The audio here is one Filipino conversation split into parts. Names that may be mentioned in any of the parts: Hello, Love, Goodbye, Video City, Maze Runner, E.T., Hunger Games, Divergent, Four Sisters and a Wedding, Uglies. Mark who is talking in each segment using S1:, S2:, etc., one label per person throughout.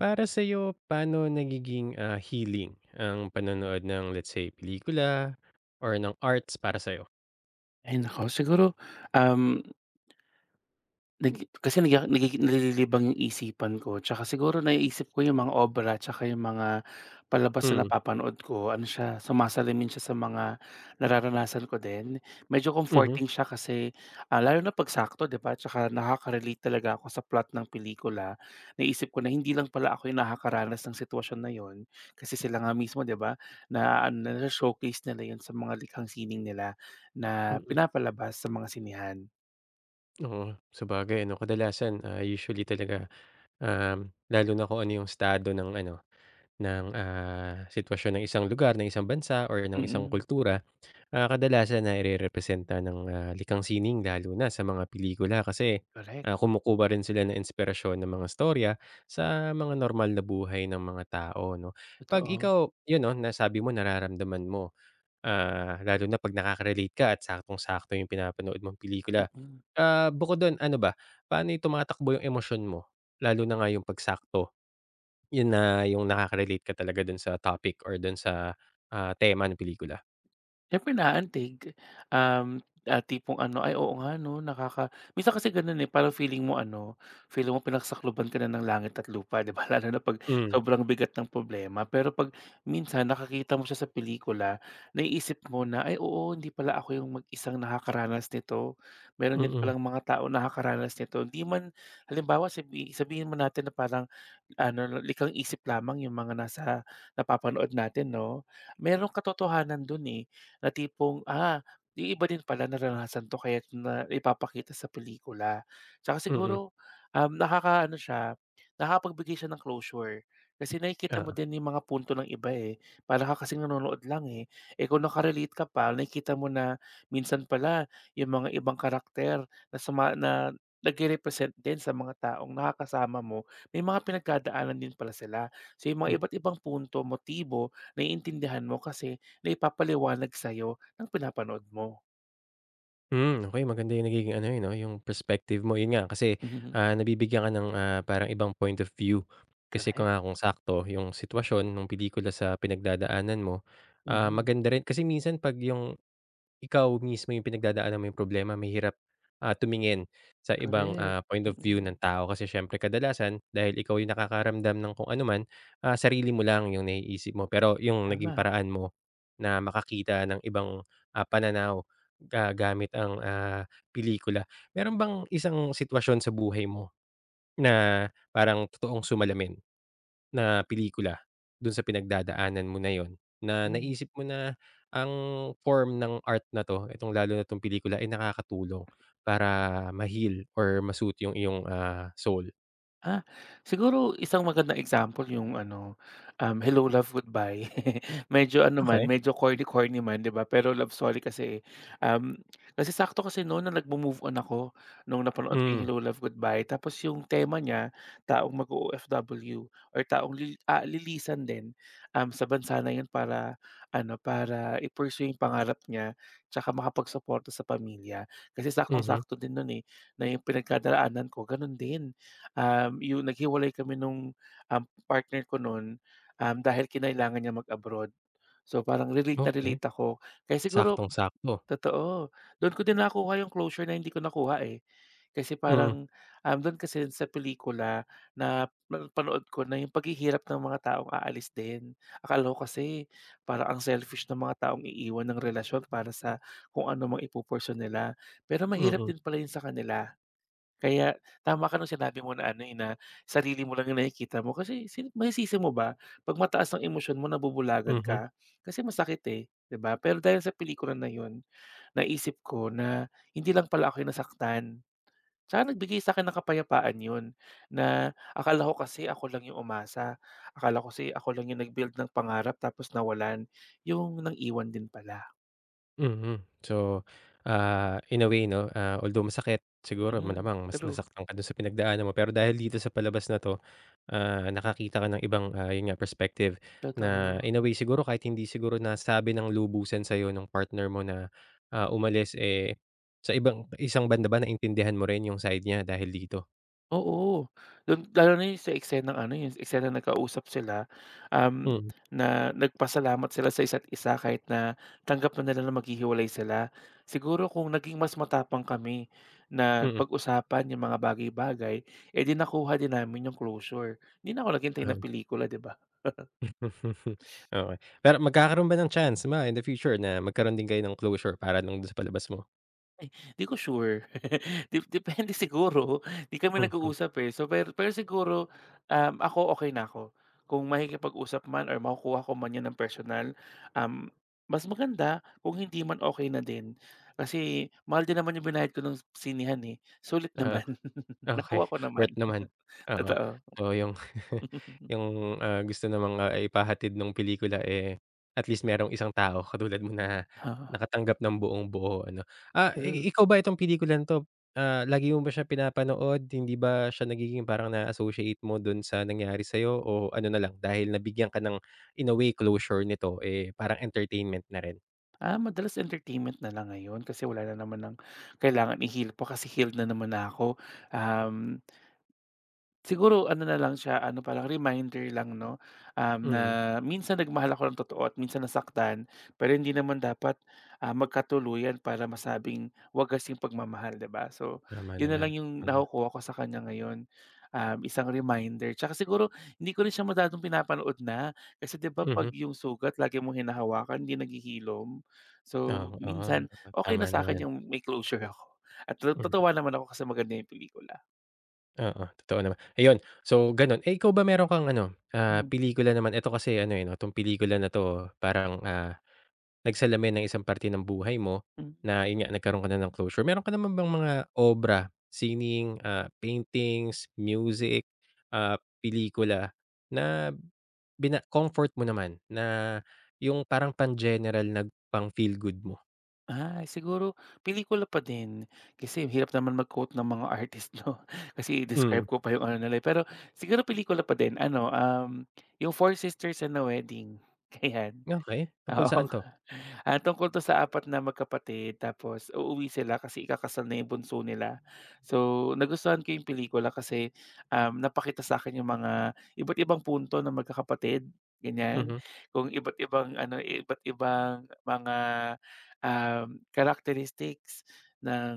S1: Para sa'yo, paano nagiging healing ang panonood ng let's say pelikula or ng arts para sa'yo?
S2: Ay naku, siguro, um, Nag kasi nag nagigi nalilibang yung isipan ko, tsaka siguro naiisip ko yung mga obra tsaka yung mga palabas na
S1: Mm,
S2: napapanood ko, ano siya, sumasalamin siya sa mga nararanasan ko din. Medyo
S1: mhm,
S2: comforting siya kasi, lalo na 'pag sakto, 'di ba, tsaka nakaka-relate talaga ako sa plot ng pelikula. Naisip ko na hindi lang pala ako yung nakakaranas ng sitwasyon na yun, kasi sila nga mismo, 'di ba, naaano, na nasho-showcase nila yun sa mga likhang sining nila na
S1: mm.
S2: pinapalabas sa mga sinehan.
S1: Oo, sabagay ano, kadalasan, usually talaga, lalo na kung ano yung estado ng ano, ng, sitwasyon ng isang lugar, ng isang bansa or ng isang
S2: Mm,
S1: kultura. Kadalasan nairerepresenta ng, likhang sining lalo na sa mga pelikula kasi,
S2: korek.
S1: kumukuha rin sila ng inspirasyon ng mga storya sa mga normal na buhay ng mga tao 'no. 'Pag
S2: Totoo,
S1: ikaw 'yun 'no, nasabi mo nararamdaman mo, lalo na 'pag nakaka-relate ka at saktong-sakto 'yung pinapanood mong pelikula.
S2: mm.
S1: Bukod do'n ano ba, paano yung tumatakbo 'yung emosyon mo? Lalo na nga 'yung 'pag sakto, 'yun na 'yung nakaka-relate ka talaga do'n sa topic or do'n sa, tema ng pelikula.
S2: Siyempre naaantig, um, tipong ano, "Ay oo nga 'no," minsan kasi gano'n, eh, parang feeling mo ano, feeling mo pinagsakloban ka na ng langit at lupa, 'di ba, lalo na 'pag
S1: Hmm,
S2: sobrang bigat ng problema. Pero 'pag minsan nakakita mo siya sa pelikula, naiisip mo na, "Ay oo, hindi pala ako yung mag-isang nakakaranas nito. Meron din
S1: mm,
S2: palang mga tao nakakaranas nito." Hindi man halimbawa sabihin mo natin na parang ano, likang isip lamang yung mga nasa napapanood natin, 'no. Merong katotohanan dun, eh, na tipong, yung iba din pala naranasan 'to kaya na ipapakita sa pelikula. Tsaka
S1: mm.
S2: siguro, ano siya, nakakapagbigay siya ng closure. Kasi nakikita mo
S1: Oo,
S2: din yung mga punto ng iba, eh. Para ka kasing nanonood lang, eh. Eh, kung naka-relate ka pa, nakikita mo na minsan pala yung mga ibang karakter na suma na nagre-represent din sa mga taong nakakasama mo, may mga pinagdadaanan din pala sila. So yung
S1: hmm.
S2: mga iba't ibang punto, motibo, naiintindihan mo kasi naipapaliwanag sa'yo ng pinapanood mo.
S1: Hmm, okey, maganda yung nagiging ano, eh, 'no, yung perspective mo. Yun nga kasi,
S2: Mhm.
S1: nabibigyan ka ng, parang ibang point of view. Kasi kung
S2: Correct.
S1: nga kung sakto yung sitwasyon nung pelikula sa pinagdadaanan mo,
S2: Mhm.
S1: maganda rin kasi minsan 'pag yung ikaw mismo yung pinagdadaanan mo yung problema mahirap, tumingin sa ibang,
S2: Correct.
S1: point of view ng
S2: Mm.
S1: tao kasi siyempre kadalasan dahil ikaw yung nakakaramdam ng kung anuman, sarili mo lang yung naiisip mo. Pero yung naging
S2: Tama.
S1: paraan mo na makakita ng ibang, pananaw gamit ang, pelikula. Meron bang isang sitwasyon sa buhay mo na parang totoong sumalamin? Na pelikula dun sa pinagdadaanan mo na yon, na
S2: Hmm.
S1: naisip mo na ang form ng art na 'to, itong lalo na 'tong pelikula ay nakakatulong para ma-heal or ma-soothe yung iyong, soul.
S2: Ah, siguro isang magandang example yung ano, Hello, Love, Goodbye. Medyo ano man,
S1: Okey.
S2: medyo corny-corny man, 'di ba? Pero love story kasi, eh. Um, Kasi sakto kasi noon na nagmo-move on ako nung napanood ko yung
S1: Hmm,
S2: Hello, Love, Goodbye. Tapos yung tema niya, taong mag-o-OFW or taong lilisan din, sa bansa na 'yon para ano, para i-pursue yung pangarap niya tsaka makapagsuporta sa pamilya. Kasi
S1: mhm,
S2: saktong-sakto din no'n, eh, na yung pinagkadaraanan ko gano'n din. Yung naghiwalay kami nung, um, partner ko nun, dahil kinailangan niya mag-abroad. So, parang relate na
S1: okey.
S2: relate ako. Kaya siguro
S1: Saktong-sakto.
S2: totoo, dun ko din nakuha yung closure na hindi ko nakuha, eh. Kasi
S1: Mm,
S2: parang, dun kasi sa pelikula na napanood ko na yung paghihirap ng mga taong aalis din. Akala ko kasi parang ang selfish ng mga taong iiwan ng relasyon para sa kung ano mang ipupursue nila, pero mahirap
S1: mm,
S2: din pala yun sa kanila. Kaya tama ka nung sinabi mo na ano, eh, na sarili mo lang yung nakikita mo kasi sino masisisi mo ba 'pag mataas ang emosyon mo, nabubulagan
S1: mhm.
S2: ka? Kasi masakit, eh, 'di ba? Pero dahil sa pelikula na yun, naisip ko na hindi lang pala ako yung nasaktan. Tsaka nagbigay sa'kin ng kapayapaan yun, na akala ko kasi ako lang yung umasa, akala ko kasi ako lang yung nag-build ng pangarap tapos nawalan, yung nang-iwan din pala.
S1: Mm. So, in a way 'no, although masakit siguro,
S2: Mhm,
S1: malamang mas
S2: true,
S1: nasaktan ka dun sa pinagdaanan mo, pero dahil dito sa palabas na 'to, nakakita ka ng ibang, yun nga, perspective na
S2: totoo.
S1: in a way, siguro kahit hindi siguro nasabi ng lubusan sa'yo ng partner mo na, umalis, eh, sa ibang isang banda ba naintindihan mo rin yung side niya dahil dito?
S2: Oo, lalo na yung sa eksenang ano, yung eksenang nagkausap sila, um,
S1: Mm,
S2: na nagpasalamat sila sa isa't isa kahit na tanggap na nila na maghihiwalay sila. Siguro kung naging mas matapang kami na
S1: mm,
S2: pag-usapan yung mga bagay-bagay, eh, di nakuha din namin yung closure. Hindi na ako naghintay
S1: oo.
S2: ng
S1: Okey.
S2: pelikula, 'di ba?
S1: Pero magkakaroon ba ng chance ma in the future na magkaroon din kayo ng closure para nung sa palabas mo?
S2: Di ko sure. Depende siguro, di kami
S1: Mhm.
S2: nag-uusap, eh. So, pero pero siguro, ako okay na ako. Kung makikipag-usap man or makukuha ko man 'yan ng personal, um, mas maganda, kung hindi man okay na din. Kasi mahal din naman yung binayad ko ng sinihan, eh. Sulit naman.
S1: Okey,
S2: Nakuha ko naman.
S1: worth naman, oo.
S2: Totoo.
S1: So yung yung, gusto namang, ipahatid nung pelikula, eh, at least merong isang tao katulad mo na
S2: Oo,
S1: nakatanggap ng buong-buo ano. I
S2: true.
S1: ikaw ba itong pelikulang 'to, lagi mo ba siya pinapanood? Hindi ba siya nagiging parang na-associate mo dun sa nangyari sa'yo o ano na lang dahil nabigyan ka ng in a way closure nito, eh, parang entertainment na rin?
S2: Madalas entertainment na lang ngayon kasi wala na naman ng kailangan i-heal pa, kasi healed na naman na ako. Um Siguro ano na lang siya, ano pa lang, reminder lang, 'no, na
S1: Mm,
S2: minsan nagmahal ako ng totoo at minsan nasaktan, pero hindi naman dapat, magkatuluyan para masabing wagas yung pagmamahal, 'di ba? So,
S1: tama
S2: yun na
S1: naman,
S2: lang yung
S1: oo.
S2: nakukuha ko sa kanya ngayon, isang reminder. Tsaka siguro hindi ko rin siya masyadong pinapanood na, kasi 'di ba
S1: Mhm,
S2: 'pag yung sugat lagi mong hinahawakan, hindi naghihilom. So,
S1: oo, oo,
S2: minsan okay
S1: tama
S2: na sa
S1: naman,
S2: akin yung may closure ako at
S1: hmm.
S2: natutuwa naman ako kasi maganda yung pelikula.
S1: Oo, totoo naman. Ayun, so gano'n. Eh, ikaw ba meron kang ano,
S2: Hmm,
S1: pelikula naman ito kasi ano, eh, 'no, 'tong pelikula na 'to parang, nagsalamin ng isang parte ng buhay mo
S2: hmm.
S1: na yun nga, nagkaroon ka na ng closure. Meron ka naman bang mga obra, singing, paintings, music, ah, pelikula na bina comfort mo naman, na yung parang pan-general na pang-feel good mo?
S2: Siguro pelikula pa din. Kasi hirap naman mag-quote ng mga artist, 'no, kasi
S1: Hmm,
S2: describe ko pa yung ano nila, eh. Pero siguro pelikula pa din ano, yung Four Sisters and a Wedding, kaya
S1: okey. Tungkol
S2: oo.
S1: saan 'to?
S2: Ah, tungkol 'to sa apat na magkapatid, tapos uuwi sila kasi ikakasal na yung bunso nila. So, nagustuhan ko yung pelikula kasi, napakita sa akin yung mga iba't ibang punto ng magkakapatid, ganyan.
S1: Mhm,
S2: Kung iba't ibang ano, iba't ibang mga, characteristics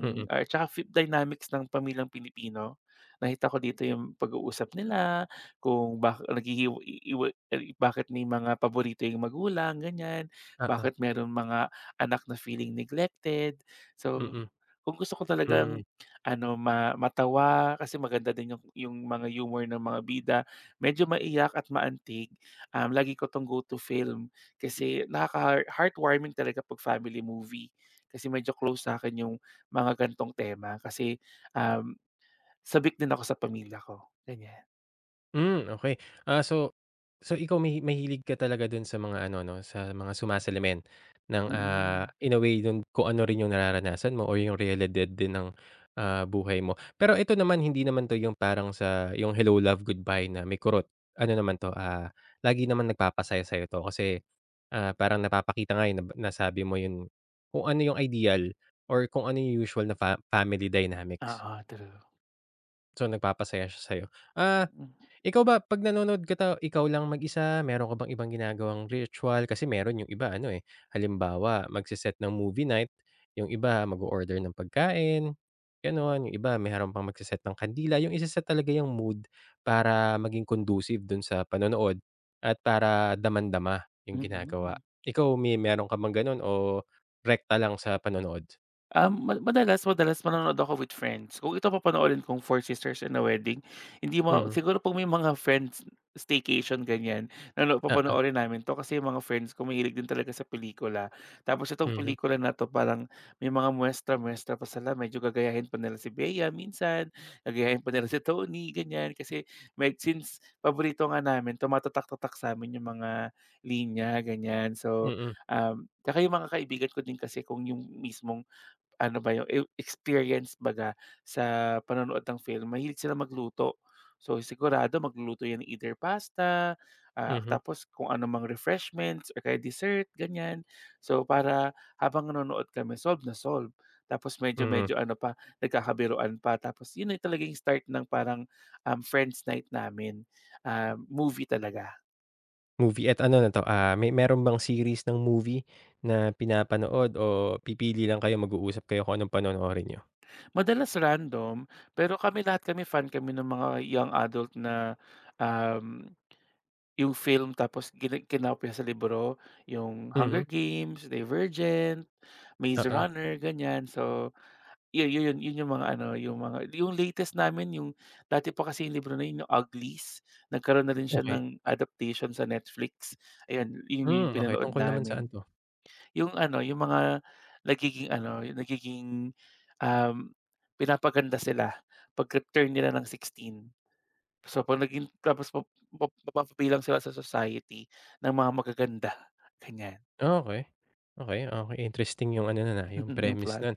S1: mm.
S2: or tsaka fi dynamics ng pamilyang Pilipino. Nakita ko dito yung pag-uusap nila, kung bak naghihiwa iwa ay bakit may mga paborito yung magulang, ganyan.
S1: Oo,
S2: Bakit merong mga anak na feeling neglected. So,
S1: mm,
S2: kung gusto ko talagang
S1: hmm.
S2: ano, matawa kasi maganda din yung mga humor ng mga bida, medyo maiyak at maantig, lagi ko 'tong go to film kasi nakaka heartwarming talaga 'pag family movie. Kasi medyo close sa akin yung mga gantong tema kasi, um, sabik din ako sa pamilya ko, ganyan.
S1: Hmm, okay. Ah, so so ikaw, may mahilig ka talaga dun sa mga ano 'no, sa mga sumasalamin ng,
S2: Mm. Mm.
S1: in a way dun kung ano rin yung nararanasan mo or yung realidad din ng, buhay mo. Pero ito naman, hindi naman 'to yung parang sa yung Hello, Love, Goodbye na may kurot. Ano naman 'to, lagi naman nagpapasaya sa'yo 'to kasi, parang napapakita nga, eh, nasabi mo yun, kung ano yung ideal or kung ano yung usual na family dynamics.
S2: Oo, true.
S1: So, nagpapasaya siya sa'yo. Ah Ikaw ba 'pag nanonood ka ta ikaw lang mag-isa, meron ka bang ibang ginagawang ritual? Kasi meron yung iba ano, eh, halimbawa magse ng movie night, yung iba mag order ng pagkain, gano'n. Yung iba meron pang magse ng kandila, yung ise talaga yung mood para maging conducive dun sa panonood at para daman dama
S2: Hmm,
S1: yung ginagawa.
S2: mm.
S1: Ikaw, may meron ka bang gano'n o rekta lang sa panonood?
S2: Madalas manonood ako with friends. Kung ito papanoorin kong Four Sisters and a Wedding, hindi mo
S1: Mhm.
S2: siguro kung may mga friends staycation ganyan, nano
S1: Oo.
S2: papanoorin namin 'to kasi yung mga friends ko mahilig din talaga sa pelikula. Tapos itong
S1: Mhm.
S2: pelikula na 'to parang may mga muwestra-muwestra pa sila, medyo gagayahin pa nila si Bea minsan, gagayahin pa nila si Tony, ganyan. Kasi med since paborito nga namin, tumatatak-tatak sa'min yung mga linya, ganyan. So,
S1: Mm.
S2: tsaka yung mga kaibigan ko din kasi kung yung mismong ano ba 'yung, ew experience baga sa panonood ng film, mahilig sila magluto. So, sigurado magluluto 'yan ng either pasta,
S1: Mhm. Mhm.
S2: tapos kung ano mang refreshments or kaya dessert, ganyan. So, para habang nanonood kami, solve na solve. Tapos
S1: Mm.
S2: medyo-medyo ano pa, nagkakabiruan pa. Tapos 'yun na talaga start ng parang, friends night namin, movie talaga.
S1: Movie at ano na 'to, may meron bang series ng movie na pinapanood o pipili lang kayo, mag-uusap kayo kung anong panonoorin niyo?
S2: Madalas random, pero kami, lahat kami fan kami ng mga young adult na, um Yung film tapos gina kinopya sa libro, yung
S1: Mhm,
S2: Hunger Games, Divergent, Maze
S1: oo,
S2: Runner, ganyan. So, yun yu yun yun yung mga ano, yung mga yung latest namin, yung dati pa kasi yung libro na yun, yung Uglies. Nagkaroon na rin siya
S1: okey.
S2: ng adaptation sa Netflix. Ayan, yun
S1: Hmm,
S2: yung
S1: okey.
S2: pinanood
S1: Tungkol naman saan
S2: namin.
S1: 'to?
S2: Yung ano, yung mga nagiging ano, yung nagiging, um, pinapaganda sila pag return nila ng 16. So 'pag naging tapos, map map mapapabilang sila sa society ng mga magaganda, ganyan.
S1: Ah, okey. Okey, okey. Interesting yung ano nun, yung
S2: Yung
S1: premise
S2: plot.
S1: nun,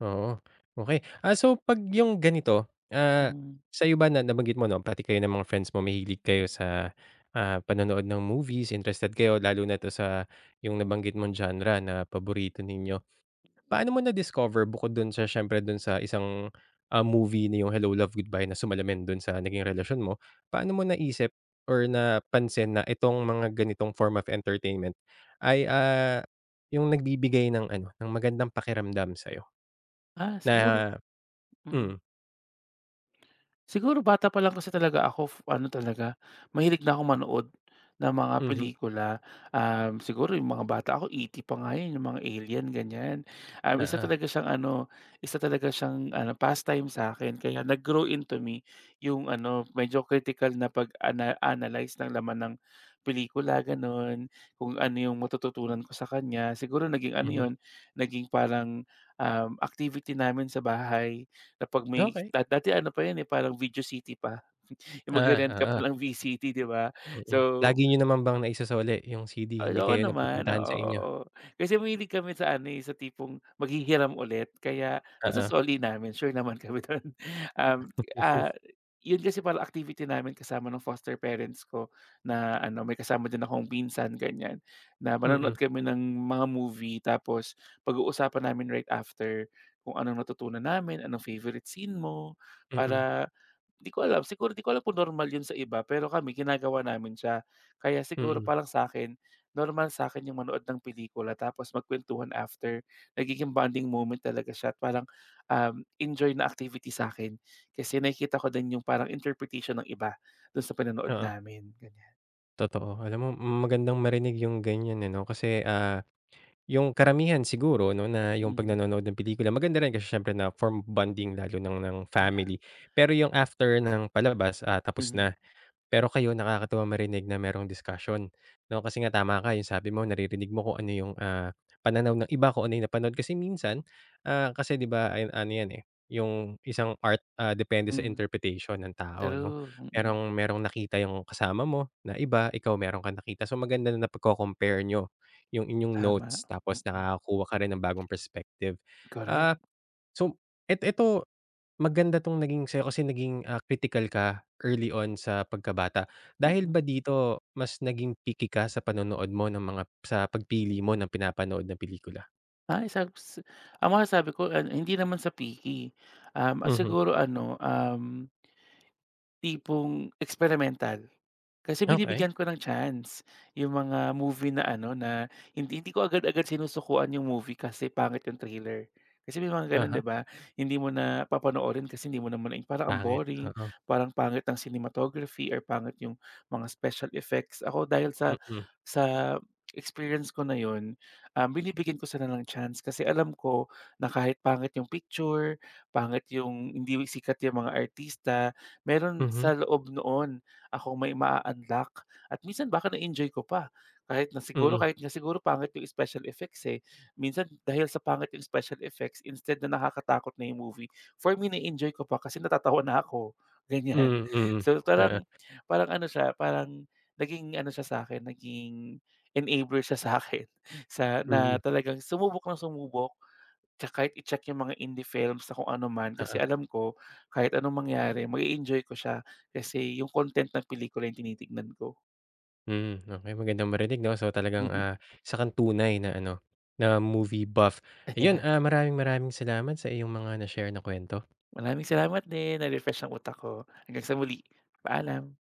S1: oo, okey. So 'pag yung ganito, ah,
S2: Mm.
S1: sa'yo ba na nabanggit mo 'no, pati kayo ng mga friends mo, mahilig kayo sa, panonood ng movies, interested kayo lalo na 'to sa yung nabanggit mong genre na paborito ninyo. Paano mo na-discover bukod dun sa siyempre dun sa isang, movie na yung Hello, Love, Goodbye na sumalamin dun sa naging relasyon mo, paano mo naisip or napansin na itong mga ganitong form of entertainment ay, yung nagbibigay ng ano, ng magandang pakiramdam sa'yo
S2: Ah, siguro,
S1: na hmm,
S2: mm. Siguro bata pa lang kasi talaga ako, ano talaga, mahilig na ako manood ng mga
S1: mhm,
S2: pelikula. Siguro yung mga bata ako E.T. pa nga yun, yung mga alien ganyan. Um, isa
S1: oo,
S2: talaga siyang ano, isa talaga siyang ano, pastime sa akin. Kaya nag-grow into me yung ano, medyo critical na pag analyze ng laman ng pelikula gano'n, kung ano yung matututunan ko sa kanya. Siguro naging ano
S1: mhm,
S2: yun, naging parang, activity namin sa bahay. Na 'pag may
S1: okey.
S2: dati ano pa yun, eh, parang Video City pa, yung
S1: Ah,
S2: magre-rent ka
S1: oo,
S2: pa ng VCT, 'di ba?
S1: mm.
S2: So,
S1: Lagi niyo naman bang naisasole yung CD,
S2: ay
S1: hindi
S2: oo
S1: kayo
S2: naman, oo,
S1: napupuntahan sa
S2: oo.
S1: inyo?
S2: Oo. Kasi mahilig kami sa ano, eh, sa tipong maghihiram ulit, kaya
S1: Oo,
S2: nasusoli namin, sure naman kami dun. Um, ah, yun kasi parang activity namin kasama ng foster parents ko na ano, may kasama din akong pinsan, ganyan, na
S1: mm,
S2: manonood kami ng mga movie tapos pag-uusapan namin right after, kung anong natutunan namin, anong favorite scene mo,
S1: mm,
S2: para di ko alam, siguro di ko alam kung normal yun sa iba, pero kami ginagawa namin siya. Kaya siguro
S1: mm,
S2: parang sa akin normal sa akin yung manood ng pelikula tapos magkuwentuhan after. Nagiging bonding moment talaga siya at parang, enjoy na activity sa akin kasi nakikita ko din yung parang interpretation ng iba dun sa pinanood
S1: oo.
S2: namin, ganyan.
S1: Totoo. Alam mo, magandang marinig yung ganyan, eh, 'no, kasi, yung karamihan siguro 'no, na yung 'pag
S2: Mm,
S1: nanonood ng pelikula maganda rin kasi siyempre na form bonding, lalo ng
S2: oo,
S1: family. Pero yung after ng palabas, tapos
S2: mm,
S1: na. Pero kayo, nakakatuwang marinig na merong discussion, 'no? Kasi nga tama ka, yung sabi mo naririnig mo kung ano yung, pananaw ng iba, kung ano yung napanood. Kasi minsan, kasi 'di ba, ay ano yan, eh, yung isang art, depende sa
S2: mm.
S1: interpretation ng tao, 'no?
S2: True, mm.
S1: Merong merong nakita yung kasama mo na iba, ikaw meron kang nakita. So, maganda na napagko-compare niyo yung inyong
S2: Tama,
S1: notes tapos
S2: mm.
S1: nakakakuha ka rin ng bagong perspective.
S2: Correct,
S1: Ah, so eto. Maganda 'tong naging sa'yo kasi naging, kritikal ka early on sa pagkabata. Dahil
S2: mm.
S1: ba dito mas naging picky ka sa panonood mo ng mga sa pagpili mo ng pinapanood na pelikula?
S2: Ay, ang masasabi ko, ano, hindi naman sa picky,
S1: Mhm,
S2: siguro ano, tipong experimental. Kasi
S1: okey,
S2: binibigyan ko ng chance yung mga movie na ano, na hindi hindi ko agad-agad sinusukuan yung movie kasi pangit yung trailer. Kasi may mga gano'n,
S1: uh-huh.
S2: 'di ba? Hindi mo na papanoorin kasi hindi mo naman, eh, parang ang
S1: Pangit,
S2: boring,
S1: oo.
S2: parang pangit ang cinematography or pangit yung mga special effects. Ako, dahil sa
S1: Mm,
S2: sa experience ko na yun, binibigyan ko sana ng chance kasi alam ko na kahit pangit yung picture, pangit yung hindi sikat yung mga artista, meron
S1: mhm,
S2: sa loob noon akong may ma unlock at minsan baka na-enjoy ko pa, kahit na siguro,
S1: mm,
S2: kahit nga siguro pangit yung special effects, eh. Minsan dahil sa pangit yung special effects, instead na nakakatakot na yung movie, for me na-enjoy ko pa kasi natatawa na ako, ganyan.
S1: mm,
S2: So
S1: oo,
S2: parang, ano siya, parang naging ano siya sa akin, naging enabler siya sa akin sa, na
S1: mm,
S2: talagang sumubok ng sumubok. Tsaka kahit i-check yung mga indie films na kung ano man
S1: oo,
S2: kasi alam ko kahit anong mangyari ma-e-enjoy ko siya, kasi yung content ng pelikula yung tinitignan ko.
S1: hmm, okey, magandang marinig 'no. So talagang, isa kang tunay na ano, na movie buff. Ayun,
S2: Ayan,
S1: maraming maraming salamat sa iyong mga na-share na kuwento.
S2: maraming salamat din, na-refresh ang utak ko. Hanggang sa muli, paalam.